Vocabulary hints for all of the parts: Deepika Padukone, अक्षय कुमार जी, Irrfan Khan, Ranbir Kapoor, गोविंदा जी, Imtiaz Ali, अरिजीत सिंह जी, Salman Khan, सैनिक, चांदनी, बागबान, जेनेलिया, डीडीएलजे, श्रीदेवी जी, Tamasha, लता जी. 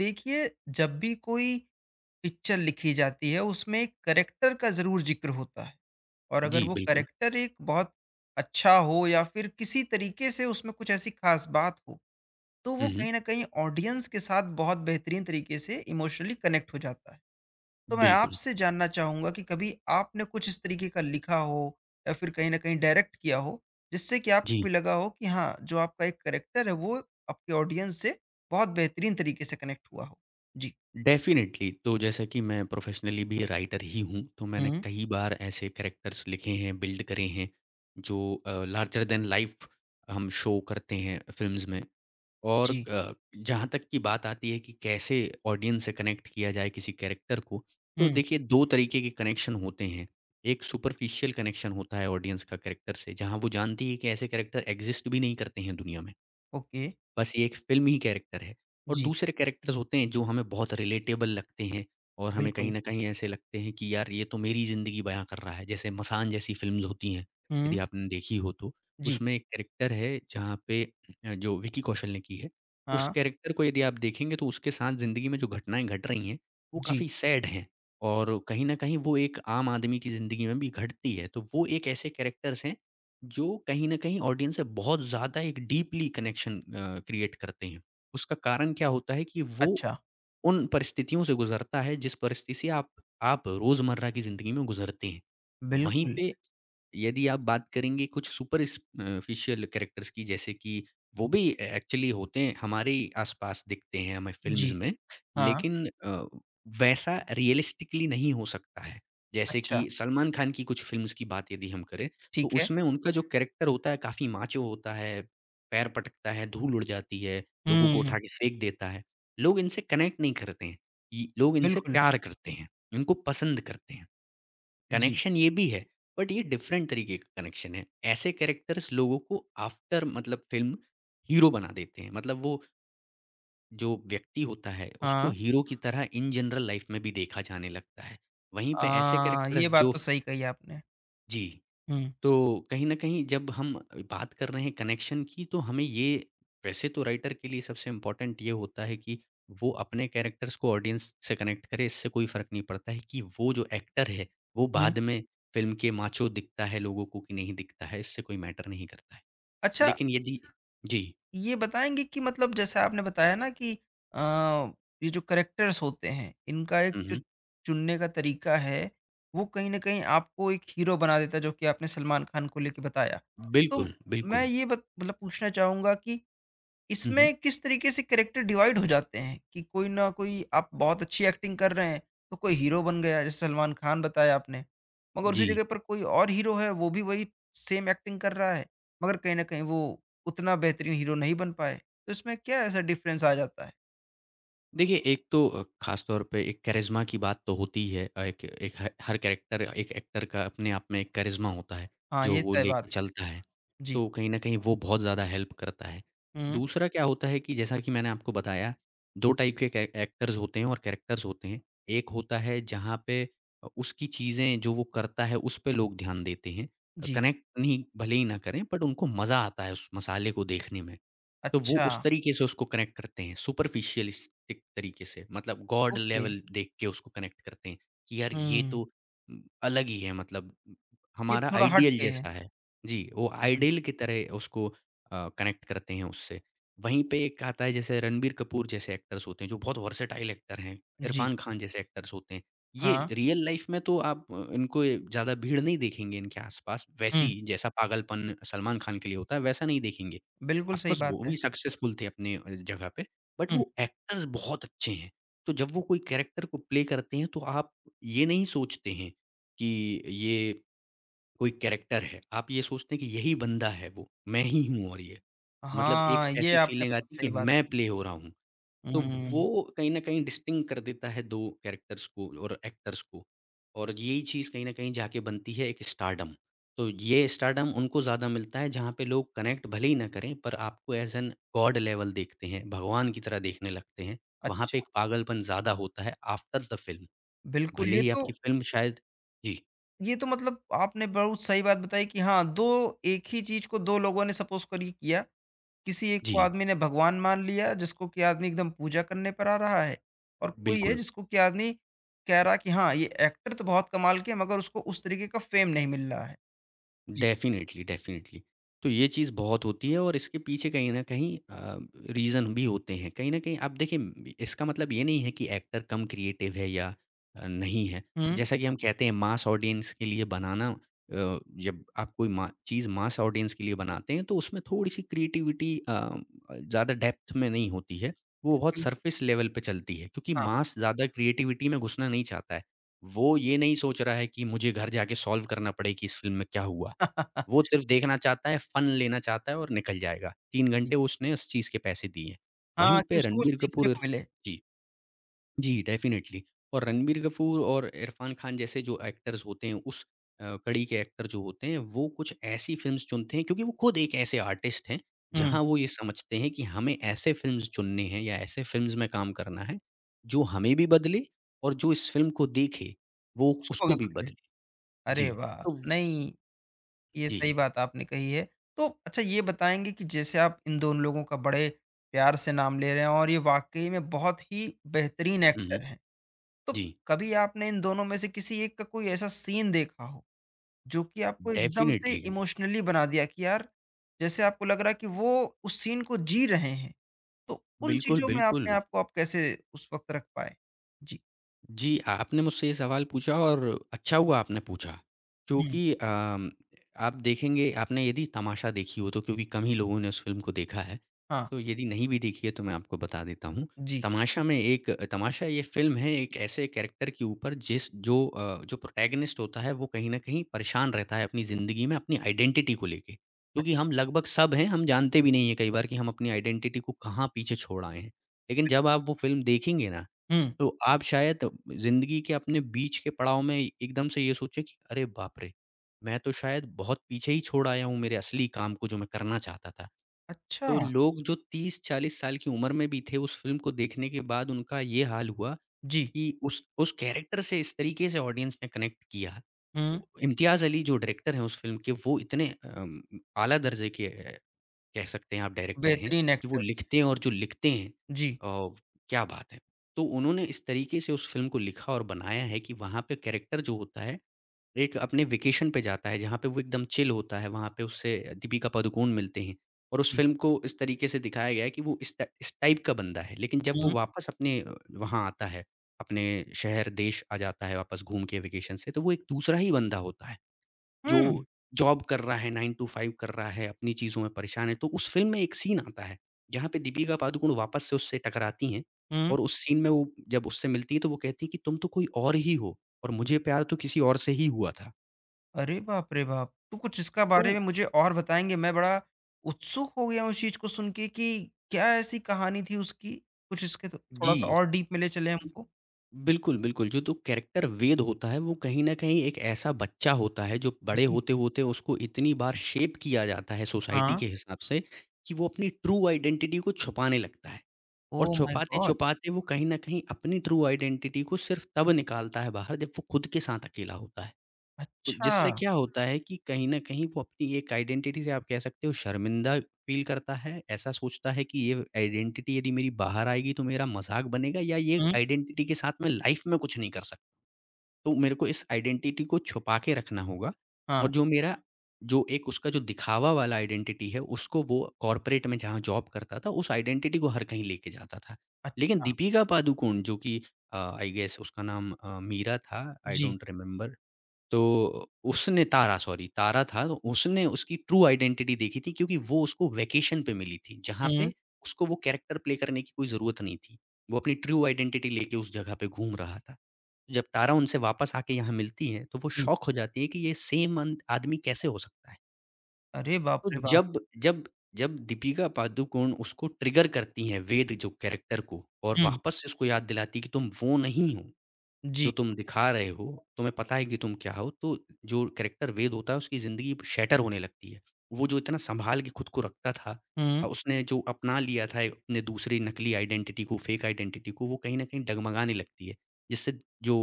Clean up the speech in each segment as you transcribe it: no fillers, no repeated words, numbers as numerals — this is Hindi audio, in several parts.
देखिए, जब भी कोई पिक्चर लिखी जाती है उसमें एक करेक्टर का ज़रूर जिक्र होता है। और अगर जी, वो बिल्कुल। करेक्टर एक बहुत अच्छा हो या फिर किसी तरीके से उसमें कुछ ऐसी खास बात हो, तो वो हुँ, हुँ, कहीं ना कहीं ऑडियंस के साथ बहुत बेहतरीन तरीके से इमोशनली कनेक्ट हो जाता है। तो मैं बिल्कुल। आपसे जानना चाहूँगा कि कभी आपने कुछ इस तरीके का लिखा हो या फिर कहीं ना कहीं डायरेक्ट किया हो, जिससे कि आपको भी जी, लगा हो कि हाँ, जो आपका एक करेक्टर है वो आपके ऑडियंस से बहुत बेहतरीन तरीके से कनेक्ट हुआ हो। जी। डेफ़िनेटली, तो जैसा कि मैं प्रोफ़ेशनली भी राइटर ही हूँ, तो मैंने हुँ, कई बार ऐसे कैरेक्टर्स लिखे हैं, बिल्ड करे हैं, जो लार्जर दैन लाइफ़ हम शो करते हैं फ़िल्म्स में। और जी। जहाँ तक की बात आती है कि कैसे ऑडियंस से कनेक्ट किया जाए किसी कैरेक्टर को, तो हुँ, देखिए 2 तरीके के कनेक्शन होते हैं। एक सुपरफिशियल कनेक्शन होता है ऑडियंस का कैरेक्टर से, जहाँ वो जानती है कि ऐसे कैरेक्टर एग्ज़िस्ट भी नहीं करते हैं दुनिया में। ओके, बस ये एक फ़िल्मी ही कैरेक्टर है और जी, दूसरे कैरेक्टर्स होते हैं जो हमें बहुत रिलेटेबल लगते हैं और हमें कहीं बिल्कुल। न कहीं ऐसे लगते हैं कि यार ये तो मेरी ज़िंदगी बयाँ कर रहा है। जैसे मसान जैसी फ़िल्म्स होती हैं, हुँ, यदि आपने देखी हो तो। जी, उसमें एक कैरेक्टर है जहाँ पे जो विकी कौशल ने की है, उस हाँ, कैरेक्टर को यदि आप देखेंगे तो उसके साथ ज़िंदगी में जो घटनाएँ घट रही हैं, वो जी, काफ़ी सैड हैं और कहीं न कहीं वो एक आम आदमी की ज़िंदगी में भी घटती है। तो वो एक ऐसे कैरेक्टर्स हैं जो कहीं न कहीं ऑडियंस से बहुत ज़्यादा एक डीपली कनेक्शन क्रिएट करते हैं। उसका कारण क्या होता है कि वो अच्छा, उन परिस्थितियों से गुज़रता है जिस परिस्थिति से आप रोज़मर्रा की ज़िंदगी में गुज़रते हैं। वहीं बिल्कुल, पे यदि आप बात करेंगे कुछ सुपर फ़िशियल कैरेक्टर्स की जैसे कि वो भी ए एक्चुअली होते हैं, हमारे ही आस-पास दिखते हैं हमें फ़िल्म्स जी, में, हाँ, लेकिन वैसा रियलिस्टिकली नहीं हो सकता है। जैसे कि अच्छा, सलमान खान की कुछ फ़िल्म्स की बात यदि हम करें, तो ठीक है। उसमें उनका जो कैरेक्टर होता है काफ़ी माचो होता है, पैर पटकता है, धूल उड़ जाती है, लोगों को हुँ, उठा के फेंक देता है। लोग इनसे कनेक्ट नहीं करते हैं, इ लोग इनसे बिल्कुल, प्यार करते हैं, इनको पसंद करते हैं। जी, कनेक्शन ये भी है, बट ये डिफरेंट तरीके का कनेक्शन है। ऐसे कैरेक्टर्स लोगों को आफ्टर मतलब फ़िल्म हीरो बना देते हैं। मतलब वो जो व्यक्ति होता है, उसको हाँ। हीरो की तरह इन जनरल लाइफ़ में भी देखा जाने लगता है। वहीं पे ऐसे ये कैरेक्टर्स बात जो तो फ़ सही कही आपने। जी। हुँ, तो कहीं न कहीं जब हम बात कर रहे हैं कनेक्शन की तो हमें ये वैसे तो राइटर के लिए सबसे इम्पोर्टेंट ये होता है कि वो अपने कैरेक्टर्स को ऑडियंस से कनेक्ट करे, इससे कोई फ़र्क नहीं पड़ता है कि वो जो एक्टर है, वो हुँ, बाद में फ़िल्म के माचो दिखता है लोगों को कि नहीं दिखता है, इससे कोई मैटर नहीं करता है। अच्छा लेकिन यदि जी। ये बताएँगे कि मतलब जैसे आपने बताया ना कि अ, ये जो कैरेक्टर्स होते हैं, इनका एक हुँ, जो हुँ। चुनने का तरीका है, वो कहीं न कहीं आपको एक हीरो बना देता है, जो कि आपने सलमान खान को लेके बताया। तो बिल्कुल, मैं बिल्कुल। ये बत मतलब पूछना चाहूँगा कि हुँ, हुँ। इसमें किस तरीके से कैरेक्टर डिवाइड हो जाते हैं कि कोई ना कोई आप बहुत अच्छी एक्टिंग कर रहे हैं तो कोई हीरो बन गया जैसे सलमान खान बताया आपने, मगर उसी जी। जगह पर कोई और हीरो है वो भी वही सेम एक्टिंग कर रहा है, मगर कहीं ना कहीं वो उतना बेहतरीन हीरो नहीं बन पाए। तो इसमें क्या ऐसा डिफरेंस आ जाता है? देखिए, एक तो ख़ास तौर पे एक करिश्मा की बात तो होती ही है। एक एक ह हर कैरेक्टर एक एक्टर का अपने आप में एक करिश्मा होता है, हाँ, जो ये वो तय बात लेके है। चलता है। जी। तो कहीं न कहीं वो बहुत ज़्यादा हेल्प करता है। हम्म। दूसरा क्या होता है कि जैसा कि मैंने आपको बताया, 2 टाइप के कैर एक्टर्स होते हैं और कैरेक्टर्स होते हैं। एक होता है जहाँ पे उसकी चीज़ें जो वो करता है, उस पे लोग ध्यान देते हैं। जी। कनेक्ट नहीं भले ही ना करें, बट उनको मज़ा आता है उस मसाले को देखने में। तो वो अच्छा। उस तरीके से उसको कनेक्ट करते हैं, सुपरफिशियलिस्टिक तरीके से, मतलब गॉड ओके। लेवल देख के उसको कनेक्ट करते हैं कि यार ये हम्म। तो अलग ही है, मतलब ये हमारा थोड़ा हट आइडियल के है। जैसा है। जी, वो बिल्कुल, आइडियल की तरह उसको कनेक्ट करते हैं उससे। वहीं पे एक आता है, जैसे रणबीर कपूर जैसे एक्टर्स होते हैं जो बहुत वर्सेटाइल एक्टर हैं, जी। इरफान खान जैसे एक्टर्स होते हैं। ये हाँ। रियल लाइफ में तो आप इनको ज़्यादा भीड़ नहीं देखेंगे इनके आस-पास, वैसी हम्म। जैसा पागलपन सलमान खान के लिए होता है वैसा नहीं देखेंगे। बिल्कुल ऑफ सही कोर्स बात वो है। भी सक्सेसफुल थे अपने जगह पे, बट हम्म। वो एक्टर्स बहुत अच्छे हैं। तो जब वो कोई कैरेक्टर को प्ले करते हैं तो आप ये नहीं सोचते हैं कि ये कोई कैरेक्टर है, आप ये सोचते हैं कि यही बंदा है वो, मैं ही हूँ और ये। मतलब एक हाँ, ये ऐसी आपने फीलिंग बहुत आती है कि सही बात मैं की। प्ले हो रहा हूँ। तो हम्म। वो कहीं न कहीं डिस्टिंक्ट कर देता है 2 कैरेक्टर्स को और एक्टर्स को, और यही चीज़ कहीं न कहीं जाके बनती है एक स्टारडम। तो ये स्टारडम उनको ज़्यादा मिलता है जहाँ पे लोग कनेक्ट भले ही ना करें, पर आपको एज़ एन गॉड लेवल देखते हैं, भगवान की तरह देखने लगते हैं। वहाँ पे अच्छा, एक पागलपन ज़्यादा होता है आफ्टर द फ़िल्म। बिल्कुल, भले ही आपकी फ़िल्म शायद। जी, ये तो मतलब आपने बहुत सही बात बताई कि हाँ, 2 एक ही चीज़ को 2 लोगों ने सपोज़ करिए किया, किसी एक को जी, आदमी ने भगवान मान लिया, जिसको कि आदमी एकदम पूजा करने पर आ रहा है, और कोई है बिल्कुल। जिसको कि आदमी कह रहा है कि हाँ, ये एक्टर तो बहुत कमाल के हैं मगर उसको उस तरीके का फ़ेम नहीं मिल रहा है। जी। Definitely, definitely. तो ये चीज़ बहुत होती है और इसके पीछे कहीं न कहीं रीज़न भी होते हैं। कहीं न कहीं आप देखिए, इसका मतलब ये नहीं है कि एक्टर कम क्रिएटिव है या नहीं है। हुँ, जैसा कि हम कहते हैं मास ऑडियंस के लिए बनाना, जब आप कोई मा चीज़ मास ऑडियंस के लिए बनाते हैं तो उसमें थोड़ी-सी क्रिएटिविटी ज़्यादा डेप्थ में नहीं होती है। वो बहुत बिल सरफ़ेस लेवल पे चलती है, क्योंकि हाँ, मास ज़्यादा क्रिएटिविटी में घुसना नहीं चाहता है। वो ये नहीं सोच रहा है कि मुझे घर जाके सॉल्व करना पड़े कि इस फ़िल्म में क्या हुआ? वो सिर्फ़ देखना चाहता है, फ़न लेना चाहता है और निकल जाएगा। 3 जी, घंटे उसने उस चीज़ के पैसे दिए हैं। वहीं हाँ, कि पे उसको कुछ रणबीर सीखने कपूर इर को मिले। जी, जी डेफ़िनेटली। और रणबीर कपूर और इरफ़ान खान जैसे जो एक्टर्स होते हैं उस कड़ी के एक्टर जो होते हैं, वो कुछ ऐसी फ़िल्म्स चुनते हैं क्योंकि वो खुद एक ऐसे आर्टिस्ट हैं, हुँ, जहाँ वो ये समझते हैं कि हमें ऐसे फ़िल्म्स चुनने हैं या ऐसे फ़िल्म्स में काम करना है, जो हमें भी बदले और जो इस फ़िल्म को देखे, वो उसको भी उसको भी बदले। बदले। अरे जी, वाह! तो नहीं, ये जी। सही बात आपने कही है। तो अच्छा ये बताएँगे कि जैसे आप इन दोनों लोगों का बड़े प्यार से नाम ले रहे हैं और ये वाक़ई में बहुत ही बेहतरीन हुँ, एक्टर हुँ। हैं। तो जी। कभी आपने इन दोनों में से किसी एक का कोई ऐसा सीन देखा हो, जो कि आपको एकदम से डेफ़िनेटली। इमोशनली बना दिया कि यार, जैसे आपको लग रहा है कि वो उस सीन को जी रहे हैं। तो उन बिल्कुल, चीज़ों में आपने बिल्कुल। आप को आप कैसे उस वक़्त रख पाए? जी। जी, आपने मुझसे ये सवाल पूछा और अच्छा हुआ आपने पूछा, हुँ। क्योंकि आप देखेंगे, आपने यदि तमाशा देखी हो तो, क्योंकि कम ही लोगों ने उस फ़िल्म को देखा है, हाँ। तो यदि नहीं भी देखी है तो मैं आपको बता देता हूँ। जी। तमाशा में एक तमाशा ये फ़िल्म है एक ऐसे कैरेक्टर के ऊपर जो प्रोटैगनिस्ट होता है वो कहीं न कहीं परेशान रहता है अपनी ज़िंदगी में अपनी आइडेंटिटी को लेके। क्योंकि हम अच्छा। लगभग सब हैं, हम जानते भी नहीं हैं कई बार कि हम अपनी आइडेंटिटी को कहाँ पीछे छोड़ आए हैं। लेकिन जब आप वो फ़िल्म देखेंगे ना हुँ। तो आप शायद ज़िंदगी के अपने बीच के पड़ाव में एकदम से ये सोचे कि अरे बाप रे! मैं तो शायद बहुत पीछे ही छोड़ आया हूँ मेरे असली काम को, जो मैं करना चाहता था। अच्छा। तो लोग जो 30-40 साल की उम्र में भी थे, उस फ़िल्म को देखने के बाद उनका ये हाल हुआ जी। कि उस कैरेक्टर से इस तरीके से ऑडियंस ने कनेक्ट किया। हुँ। इम्तियाज़ अली, जो डायरेक्टर हैं उस फ़िल्म के, वो इतने आला दर्जे के, कह सकते हैं आप, डायरेक्टर हैं, बेहतरीन कि वो एक्टर्स। लिखते हैं और जो लिखते हैं, जी। अ, क्या बात है! तो उन्होंने इस तरीके से उस फ़िल्म को लिखा और बनाया है कि वहाँ पे कैरेक्टर जो होता है, एक अपने वेकेशन पे जाता है, जहाँ पे वो एकदम चिल होता है, वहाँ पे उससे दीपिका पादुकोण मिलते हैं और उस जी। फ़िल्म को इस तरीके से दिखाया गया है कि वो इस टाइप का बंदा है। लेकिन जब वो हुँ, वापस अपने वहाँ आता है, अपने शहर, देश आ जाता है वापस घूम के वेकेशन से, तो वो एक दूसरा ही बंदा होता है। हुँ, जो जॉब कर रहा है, 9 टू 5 कर रहा है, अपनी चीज़ों में परेशान है। तो उस फ़िल्म में एक सीन आता है, जहाँ पे दीपिका पादुकोण वापस से उससे टकराती हैं हुँ। और उस सीन में वो जब उससे मिलती है तो वो कहती है कि तुम तो कोई और ही हो और मुझे प्यार तो किसी और से ही हुआ था। अरे बाप रे बाप! तो कुछ इसका बारे तो में मुझे और बताएँगे? मैं बड़ा उत्सुक हो गया हूँ इस चीज़ को सुन के कि क्या ऐसी कहानी थी उसकी? कुछ इसके तो थोड़ा-सा जी, और डीप में ले चलें हमको। बिल्कुल, बिल्कुल। जो तो कैरेक्टर वेद होता है वो कहीं न कहीं एक ऐसा बच्चा होता है जो बड़े जी। होते-होते उसको इतनी बार शेप किया जाता है सोसाइटी हाँ। के हिसाब से कि वो अपनी ट्रू आइडेंटिटी को छुपाने लगता है। और ओह माय गॉड! छुपाते-छुपाते वो कहीं न कहीं अपनी ट्रू आइडेंटिटी को सिर्फ़ तब निकालता है बाहर जब वो खुद के साथ अकेला होता है। तो अच्छा। जिससे क्या होता है कि कहीं न कहीं वो अपनी एक आइडेंटिटी से, आप कह सकते हो, शर्मिंदा फ़ील करता है। ऐसा सोचता है कि ये आइडेंटिटी यदि मेरी बाहर आएगी तो मेरा मज़ाक बनेगा, या ये हुँ, आइडेंटिटी के साथ मैं लाइफ़ में कुछ नहीं कर सकता। तो मेरे को इस आइडेंटिटी को छुपा के रखना होगा, हाँ। और जो मेरा, जो एक उसका जो दिखावा वाला आइडेंटिटी है, उसको वो कॉर्पोरेट में जहाँ जॉब करता था उस आइडेंटिटी को हर कहीं लेके जाता था। लेकिन अच्छा। दीपिका पादुकोण जो कि, आई गेस उसका नाम मीरा था, आई जी। डोंट रिमेंबर, तो उसने तारा सॉरी तारा था तो उसने उसकी ट्रू आइडेंटिटी देखी थी क्योंकि वो उसको वैकेशन पे मिली थी, जहाँ हुँ, पे उसको वो कैरेक्टर प्ले करने की कोई ज़रूरत नहीं थी। वो अपनी ट्रू आइडेंटिटी लेके उस जगह पे घूम रहा था। जब तारा उनसे वापस आके यहाँ मिलती है, तो वो जी। शॉक हो जाती है कि ये सेम अन आदमी कैसे हो सकता है? अरे बाप तो रे बाप! जब जब जब दीपिका पादुकोण उसको ट्रिगर करती हैं, वेद जो कैरेक्टर को और हुँ, वापस से उसको याद दिलाती है कि तुम वो नहीं हो। जी। जो तुम दिखा रहे हो, तुम्हें पता है कि तुम क्या हो, तो जो कैरेक्टर वेद होता है उसकी ज़िंदगी शैटर होने लगती है। वो जो इतना सँभाल के खुद को रखता था हुँ, उसने जो अपना लिया था एक अपने दूसरी नकली आइडेंटिटी को, फ़ेक आइडेंटिटी को, वो कहीं न कहीं डगमगाने लगती है। जिससे जो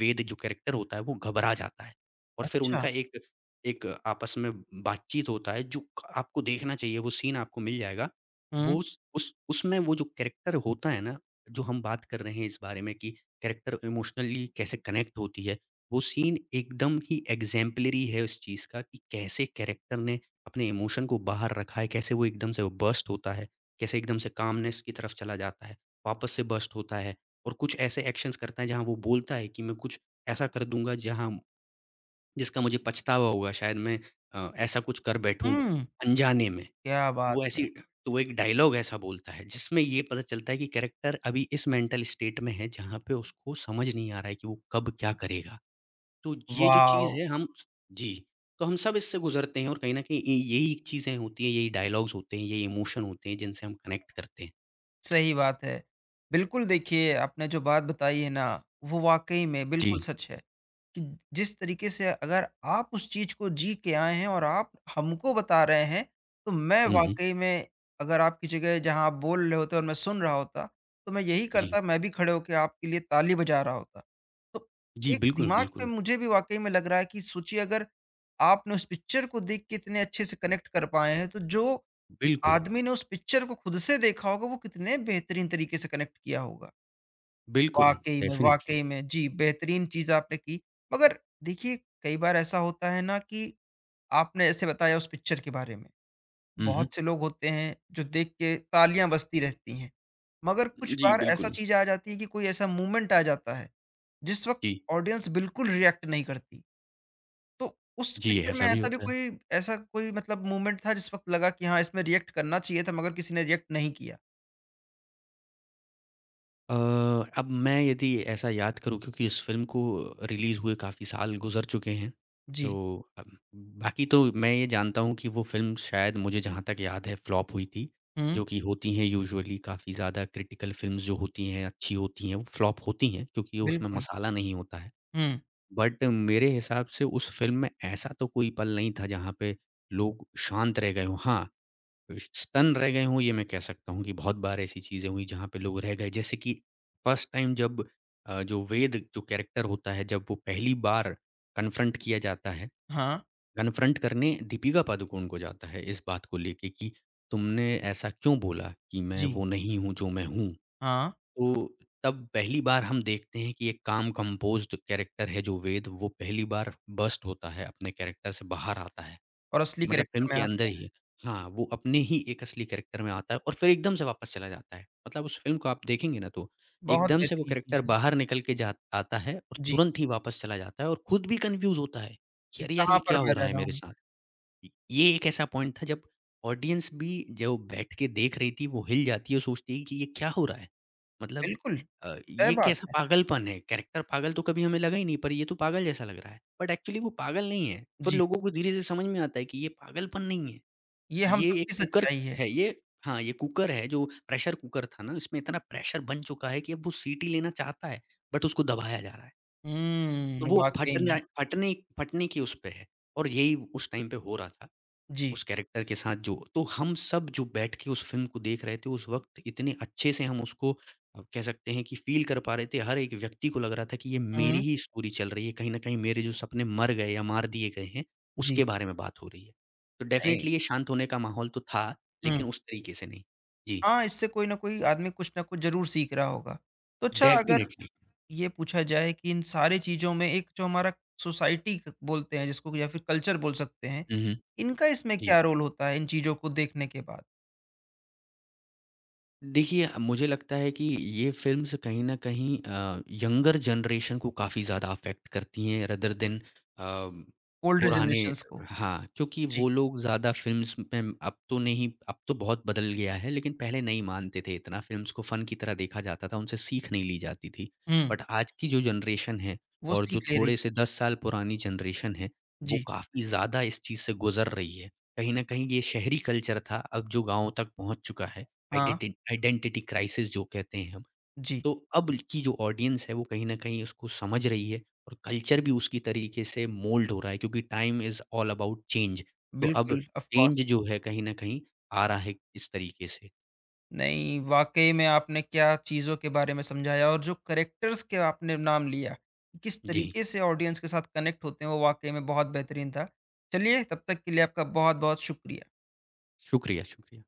वेद जो कैरेक्टर होता है वो घबरा जाता है और फिर अच्छा। उनका एक एक आपस में बातचीत होता है जो क आपको देखना चाहिए, वो सीन आपको मिल जाएगा। हुँ, वो उस उसमें वो जो कैरेक्टर होता है ना, जो हम बात कर रहे हैं इस बारे में कि कैरेक्टर इमोशनली कैसे कनेक्ट होती है, वो सीन एकदम ही एक्ज़ेम्पलरी है उस चीज़ का कि कैसे कैरेक्टर ने अपने इमोशन को बाहर रखा है, कैसे वो एकदम से वो बर्स्ट होता है, कैसे एकदम से कामनेस की तरफ चला जाता है, वापस से बर्स्ट होता है और कुछ ऐसे एक्शंस करता है जहाँ वो बोलता है कि मैं कुछ ऐसा कर दूँगा जहाँ जिसका मुझे पछतावा होगा शायद मैं ऐसा कुछ कर बैठूँ हुँ। अनजाने में। क्या बात वो है! ऐसी तो वो एक डायलॉग ऐसा बोलता है जिसमें ये पता चलता है कि कैरेक्टर अभी इस मेंटल स्टेट में है जहाँ पे उसको समझ नहीं आ रहा है कि वो कब क्या करेगा। तो ये जो चीज़ वॉव! है हम जी, तो हम सब इससे गुज़रते हैं और कहीं न कहीं इ यही चीज़ें होती हैं, यही डायलॉग्स होते हैं, यही इमोशन होते हैं जिनसे हम कनेक्ट करते हैं। सही बात है। बिल्कुल देखिए, आपने जो बात बताई है ना, वो वाक़ई में बिल्कुल जी। सच है कि जिस तरीके से अगर आप उस चीज़ को जी के आए हैं और आप हमको बता रहे हैं, तो मैं हुँ, हुँ। वाक़ई में, अगर आपकी जगह जहाँ आप बोल रहे होते और मैं सुन रहा होता, तो मैं यही जी। करता, मैं भी खड़े होके आपके लिए ताली बजा रहा होता। तो जी, एक बिल्कुल, दिमाग बिल्कुल। में मुझे भी वाक़ई में लग रहा है कि सोचिए, अगर आपने उस पिक्चर को देख के इतने अच्छे से कनेक्ट कर पाए हैं, तो जो बिल्कुल, आदमी ने उस पिक्चर को खुद से देखा होगा, वो कितने बेहतरीन तरीके से कनेक्ट किया होगा। बिल्कुल, वाक़ई में, डेफ़िनिटली। वाक़ई में। जी, बेहतरीन चीज़ आपने की। मगर देखिए, कई बार ऐसा होता है ना कि आपने ऐसे बताया उस पिक्चर के बारे में, हुँ, हुँ। बहुत से लोग होते हैं जो देख के तालियाँ बजती रहती हैं। मगर कुछ जी, बार ऐसा बिल्कुल। चीज़ आ जाती है कि कोई ऐसा मूवमेंट आ जाता है, जिस वक़्त जी। ऑडियंस बिल्कुल रिएक्ट नहीं करती। तो उस जी, पिक्चर में ऐसा भी ऐसा भी होता है। कोई ऐसा कोई मतलब मूवमेंट था जिस वक़्त लगा कि हाँ, इसमें रिएक्ट करना चाहिए था मगर किसी ने रिएक्ट नहीं किया? अ, अब मैं यदि ऐसा याद करूँ क्योंकि इस फ़िल्म को रिलीज़ हुए काफ़ी साल गुज़र चुके हैं, जी। तो अब बाकी तो मैं ये जानता हूँ कि वो फ़िल्म शायद मुझे जहाँ तक याद है फ्लॉप हुई थी, हुँ, जो कि होती हैं यूजुअली काफ़ी ज़्यादा क्रिटिकल फ़िल्म्स जो होती हैं, अच्छी होती हैं, वो फ्लॉप होती हैं क्योंकि उसमें बिल्कुल। मसाला नहीं होता है। हुँ, बट मेरे हिसाब से उस फ़िल्म में ऐसा तो कोई पल नहीं था जहाँ पे लोग शांत रह गए हों। हाँ, स्तन रह गए हों, ये मैं कह सकता हूँ कि बहुत बार ऐसी चीज़ें हुई जहाँ पे लोग रह गए। जैसे कि फर्स्ट टाइम जब जो वेद जो कैरेक्टर होता है, जब वो पहली बार कन्फ्रंट किया जाता है, हाँ, कन्फ्रंट करने दीपिका पादुकोण को जाता है इस बात को लेके कि तुमने ऐसा क्यों बोला कि मैं जी, वो नहीं हूँ जो मैं हूँ? हाँ, तो तब पहली बार हम देखते हैं कि एक काम कंपोज़्ड कैरेक्टर है जो वेद, वो पहली बार बर्स्ट होता है, अपने कैरेक्टर से बाहर आता है। और असली मतलब कैरेक्टर फ़िल्म में के अंदर आता ही है। है। हाँ, वो अपने ही एक असली कैरेक्टर में आता है और फिर एकदम से वापस चला जाता है। मतलब उस फ़िल्म को आप देखेंगे ना तो बहुत एकदम से वो बेहतरीन चीज़ कैरेक्टर है। बाहर निकल के जा आता है और जी, तुरंत ही वापस चला जाता है और खुद भी कन्फ्यूज़ होता है कि कि अरे यार! कहाँ ये पर क्या हो मैं रहा रह है रहा मेरे हूँ। साथ? ये एक ऐसा पॉइंट था जब ऑडियंस भी जो बैठ के देख रही थी वो हिल जाती है और सोचती है कि ये क्या हो रहा है? मतलब बिल्कुल, तय ये बात कैसा है। पागलपन है? कैरेक्टर पागल तो कभी हमें लगा ही नहीं पर ये तो पागल जैसा लग रहा है। बट एक्चुअली वो पागल नहीं है। फिर जी, लोगों को धीरे से समझ में आता है कि ये पागलपन नहीं है। ये हम ये एक सबकी कुकर सच्चाई है। है ये हाँ, ये कुकर है जो प्रेशर कुकर था ना इसमें इतना प्रेशर बन चुका है कि अब वो सीटी लेना चाहता है बट उसको दबाया जा रहा है। तो हुँ, वो वाक़ई फट में। जाए फटने फटने की उस पे है और यही उस टाइम पे हो रहा था। जी, उस कैरेक्टर के साथ जो तो हम सब जो बैठ के उस फ़िल्म को देख रहे थे उस वक़्त इतने अच्छे से हम उसको कह सकते हैं कि फ़ील कर पा रहे थे। हर एक व्यक्ति को लग रहा था कि ये मेरी हुँ, ही स्टोरी चल रही है, कहीं न कहीं मेरे जो सपने मर गए या मार दिए गए हैं, जी, उसके बारे में बात हो रही है। तो नहीं। डेफ़िनिटली ये शांत होने का माहौल तो था, हुँ, लेकिन उस तरीके से नहीं। जी, हाँ, इससे कोई ना कोई आदमी कुछ ना कुछ ज़रूर सीख रहा होगा। तो अच्छा, अगर डेफ़िनिटली। ये पूछा जाए कि इन सारी चीज़ों में एक जो हमारा सोसाइटी क बोलते हैं जिसको या फिर कल्चर बोल सकते हैं, हुँ, हुँ। इनका इसमें जी। क्या रोल होता है इन चीज़ों को देखने के बाद? देखिए, मुझे लगता है कि ये फ़िल्म्स कहीं न कहीं यंगर जनरेशन को काफ़ी ज़्यादा अफ़ेक्ट करती हैं रेदर देन ओल्डर पुराने जनरेशंस को। हाँ, क्योंकि जी। वो लोग ज़्यादा फ़िल्म्स में अब तो नहीं अब तो बहुत बदल गया है, लेकिन पहले नहीं मानते थे इतना फ़िल्म्स को फ़न की तरह देखा जाता था, उनसे सीख नहीं ली जाती थी। हुँ, बट आज की जो जनरेशन है वो और जो सीख ले रही थोड़े है। से 10 साल पुरानी जनरेशन है, वो जी। काफ़ी ज़्यादा इस चीज़ से गुज़र रही है। कहीं न कहीं ये शहरी कल्चर था, अब जो गाँव तक पहुँच चुका है। हाँ, आइडेंटि आइडेंटिटी क्राइसिस जो कहते हैं हम। जी। तो अब की जो ऑडियंस है वो कहीं न कहीं उसको समझ रही है और कल्चर भी उसकी तरीके से मोल्ड हो रहा है क्योंकि time is all about change. तो अब बिल्कुल, ऑफ़ चेंज कोर्स। जो है कहीं न कहीं आ रहा है इस तरीके से। नहीं, वाक़ई में आपने क्या चीज़ों के बारे में समझाया और जो कैरेक्टर्स के आपने नाम लिया, कि किस जी, तरीके से ऑडियंस के साथ कनेक्ट होते हैं, वो वाक़ई में बहुत बेहतरीन था। चलिए, तब तक के लिए आपका बहुत-बहुत शुक्रिया। शुक्रिया, शुक्रिया।